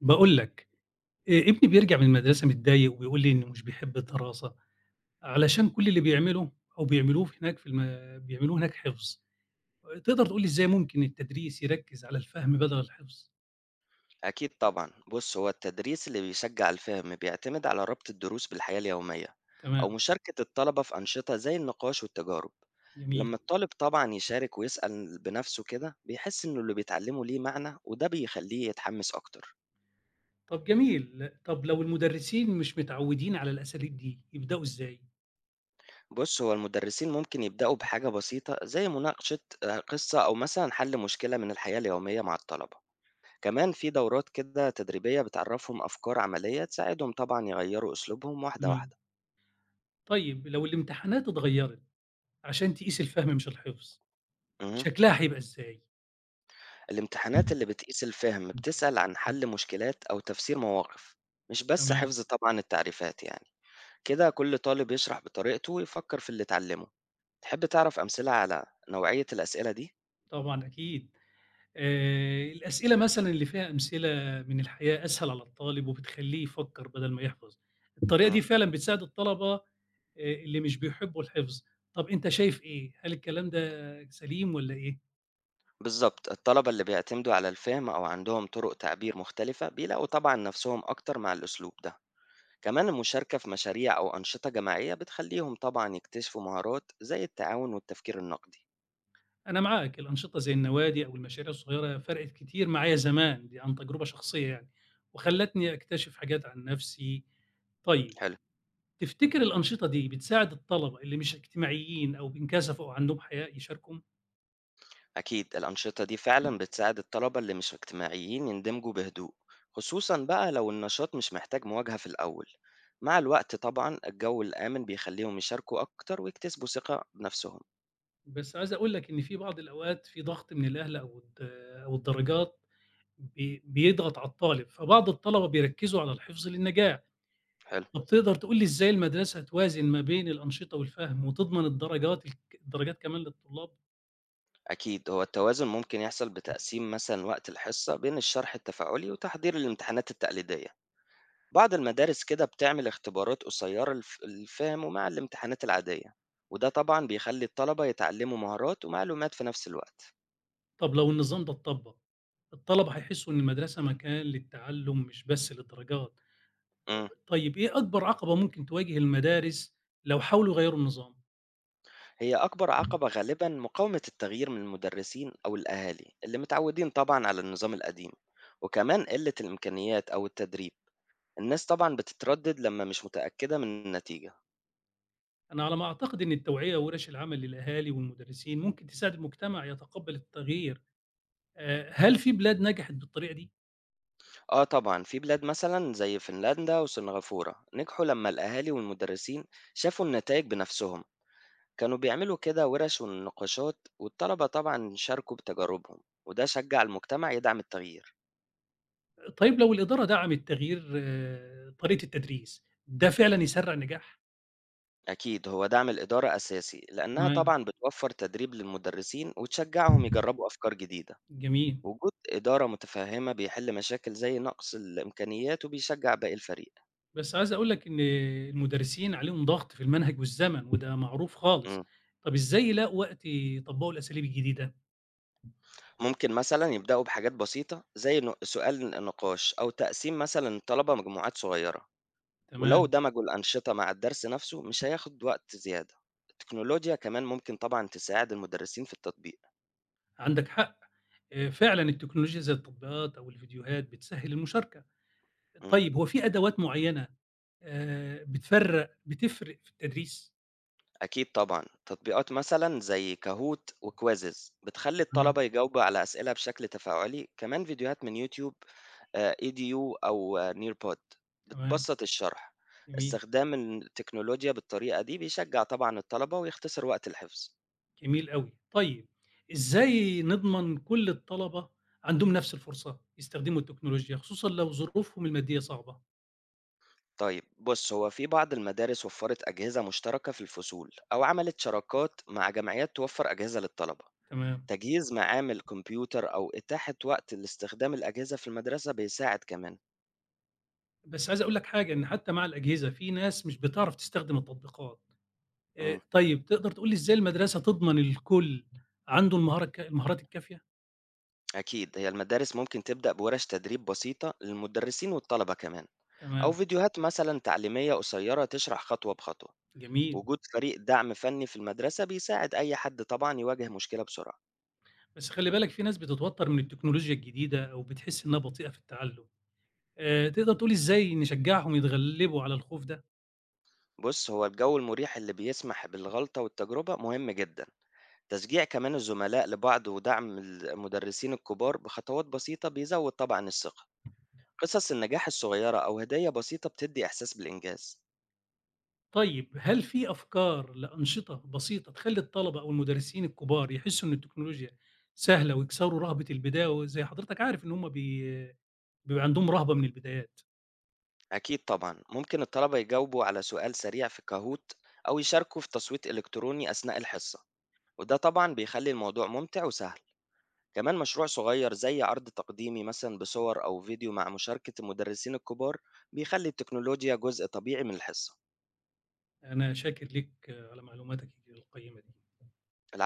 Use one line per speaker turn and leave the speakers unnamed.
باقول لك، ابني بيرجع من المدرسة متضايق وبيقول لي إنه مش بيحب الدراسة، علشان كل اللي بيعمله أو بيعملوه في هناك في الم بيعملوه هناك حفظ. تقدر تقول لي إزاي ممكن التدريس يركّز على الفهم بدل الحفظ؟
أكيد طبعًا، بُص هو التدريس اللي بيشجّع الفهم بيعتمد على ربط الدروس بالحياة اليومية، أو
تمام،
مشاركة الطلبة في أنشطة زي النقاش والتجارب.
جميل.
لمّا الطالب طبعًا يشارك ويسأل بنفسه كده بيحس إنه اللي بيتعلمه ليه معنى وده بيخلّيه يتحمس أكتر.
طب جميل، طب لو المدرسين مش متعودين على الأساليب دي، يبدأوا إزاي؟
بُص هو المدرسين ممكن يبدأوا بحاجة بسيطة زي مناقشة قصة أو مثلًا حل مشكلة من الحياة اليومية مع الطلبة، كمان في دورات كده تدريبية بتعرّفهم أفكار عملية تساعدهم طبعًا يغيّروا أسلوبهم واحدة
تمام.
واحدة.
طيب لو الامتحانات اتغيّرت عشان تقيس الفهم مش الحفظ،
اهم.
شكلها هيبقى إزاي؟
الامتحانات اللي بتقيس الفهم بتسأل عن حل مشكلات أو تفسير مواقف مش بس
تمام،
حفظ طبعا التعريفات يعني. كده كل طالب يشرح بطريقته ويفكر في اللي اتعلمه. تحب تعرف أمثلة على نوعية الأسئلة دي؟
طبعًا أكيد. الأسئلة مثلًا اللي فيها أمثلة من الحياة أسهل على الطالب وبتخلّيه يفكّر بدل ما يحفظ. الطريقة دي
مم.
فعلًا بتساعد الطلبة اللي مش بيحبّوا الحفظ. طَب أنت شايف إيه، هل الكلام ده سليم والّا إيه؟
بالظبط الطلبة اللي بيعتمدوا على الفهم أو عندهم طرق تعبير مختلفة بيلاقوا طبعا نفسهم أكتر مع الأسلوب ده. كمان المشاركة في مشاريع أو أنشطة جماعية بتخليهم طبعا يكتشفوا مهارات زي التعاون والتفكير النقدي.
أنا معاك، الأنشطة زي النوادي أو المشاريع الصغيرة فرقت كتير معايا زمان، دي عن تجربة شخصية يعني، وخلّتني أكتشف حاجات عن نَفْسي. طيب
حلو.
تفتكر الأنشطة دي بتساعد الطلبة اللي مش اجتماعيين أو بينكسفوا أو عندهم حياء يشاركوا؟
أكيد الأنشطة دي فعلا بتساعد الطلبة اللي مش اجتماعيين يندمجوا بهدوء. خصوصا بقى لو النشاط مش محتاج مواجهة في الأول. مع الوقت طبعا الجو الآمن بيخليهم يشاركوا أكتر ويكتسبوا ثقة بنفسهم.
بس عايز أقول لك إن في بعض الأوقات في ضغط من الأهل أو الدرجات بيضغط على الطالب، فبعض الطلبة بيركّزوا على الحفظ للنجاح،
حلو.
طب تقدر تقول لي إزاي المدرسة توازن ما بين الأنشطة والفهم وتضمن الدرجات كمان للطلاب؟
أكيد هو التوازن ممكن يحصل بتقسيم مثلا وقت الحصة بين الشرح التفاعلي وتحضير الامتحانات التقليدية. بعض المدارس كده بتعمل اختبارات قصيرة للفهم مع الامتحانات العادية، وده طبعا بيخلي الطلبة يتعلموا مهارات ومعلومات في نفس الوقت.
طب لو النظام ده اتطبّق، الطلبة هيحسّوا إن المدرسة مكان للتعلُّم مش بس للدرجات،
مم.
طيب إيه أكبر عقبة ممكن تواجه المدارس لو حاولوا يغيّروا النظام؟
هي أكبر عقبة غالبًا مقاومة التغيير من المدرسين أو الأهالي اللي متعودين طبعًا على النظام القديم، وكمان قلة الإمكانيات أو التدريب. الناس طبعًا بتتردد لما مش متأكدة من النتيجة.
أنا على ما أعتقد إن التوعية وورش العمل للأهالي والمدرسين ممكن تساعد المجتمع يتقبل التغيير، هل في بلاد نجحت بالطريقة دي؟
آه طبعًا، في بلاد مثلًا زي فنلندا وسنغافورة نجحوا لما الأهالي والمدرسين شافوا النتائج بنفسهم، كانوا بيعملوا كده ورش ونقاشات والطلبة طبعًا شاركوا بتجاربهم، وده شجع المجتمع يدعم التغيير.
طيب لو الإدارة دعمت تغيير طريقة التدريس، ده فعلًا يسرّع النجاح؟
أكيد هو دعم الإدارة أساسي لأنها
تمام،
طبعا بتوفر تدريب للمدرسين وتشجعهم يجربوا أفكار جديدة.
جميل،
وجود إدارة متفهمة بيحل مشاكل زي نقص الإمكانيات وبيشجع باقي الفريق.
بس عايز أقول لك إن المدرسين عليهم ضغط في المنهج والزمن وده معروف خالص،
مم.
طب إزاي يلاقوا وقت يطبّقوا الأساليب الجديدة؟
ممكن مثلا يبدأوا بحاجات بسيطة زي سؤال نقاش أو تقسيم مثلا الطلبة مجموعات صغيرة. ولو
تمام،
دمجوا الأنشطة مع الدرس نفسه مش هياخد وقت زيادة. التكنولوجيا كمان ممكن طبعا تساعد المدرسين في التطبيق.
عندك حق، فعلًا التكنولوجيا زي التطبيقات أو الفيديوهات بتسهّل المشاركة.
مم.
طيب هو في أدوات معيّنة بتفرّق بتفرق في التدريس؟
أكيد طبعًا، تطبيقات مثلًا زي كاهوت وكويزز بتخلّي
تمام،
الطلبة يجاوبوا على أسئلة بشكل تفاعلي، كمان فيديوهات من يوتيوب edu أو nearpod
تمام،
بتبسّط الشرح.
جميل،
استخدام التكنولوجيا بالطريقة دي بيشجّع طبعًا الطلبة ويختصر وقت الحفظ.
جميل أوي. طيب إزاي نضمن كل الطلبة عندهم نفس الفرصة يستخدموا التكنولوجيا، خصوصًا لو ظروفهم المادية صعبة؟
طيب بُص، هو في بعض المدارس وفّرت أجهزة مشتركة في الفصول أو عملت شراكات مع جمعيات توفّر أجهزة للطلبة.
تمام،
تجهيز معامل كمبيوتر أو إتاحة وقت لاستخدام الأجهزة في المدرسة بيساعد كمان.
بس عايز أقول لك حاجة، إن حتى مع الأجهزة في ناس مش بتعرف تستخدم التطبيقات.
إمم.
طيب تقدر تقول لي إزاي المدرسة تضمن الكل عنده المهارة الك المهارات الكافية؟
أكيد هي المدارس ممكن تبدأ بورش تدريب بسيطة للمدرسين والطلبة كمان، أو
تمام،
فيديوهات مثلا تعليمية قصيرة تشرح خطوة بخطوة.
جميل.
وجود فريق دعم فني في المدرسة بيساعد أي حد طبعا يواجه مشكلة بسرعة.
بس خلّي بالك في ناس بتتوتّر من التكنولوجيا الجديدة أو بتحس إنها بطيئة في التعلُّم، تقدر تقول إزاي نشجّعهم يتغلّبوا على الخوف ده؟
بص هو الجو المريح اللي بيسمح بالغلطة والتجربة مهم جدا. تشجيع كمان الزملاء لبعض ودعم المدرسين الكبار بخطوات بسيطة بيزود طبعا الثقة. قصص النجاح الصغيرة أو هدية بسيطة بتدي إحساس بالإنجاز.
طيب هل في أفكار لأنشطة بسيطة تخلّي الطلبة أو المدرسين الكبار يحسّوا إن التكنولوجيا سهلة ويكسروا رهبة البداية وزي حضرتك عارف إن هم بيبقى عندهم رهبة من البدايات،
أكيد طبعًا، ممكن الطلبة يجاوبوا على سؤال سريع في كاهوت أو يشاركوا في تصويت إلكتروني أثناء الحصة، وده طبعًا بيخلي الموضوع ممتع وسهل، كمان مشروع صغير زي عرض تقديمي مثلًا بصور أو فيديو مع مشاركة المدرسين الكبار بيخلي التكنولوجيا جزء طبيعي من الحصة.
أنا شاكر ليك على معلوماتك القيّمة دي.
العفو.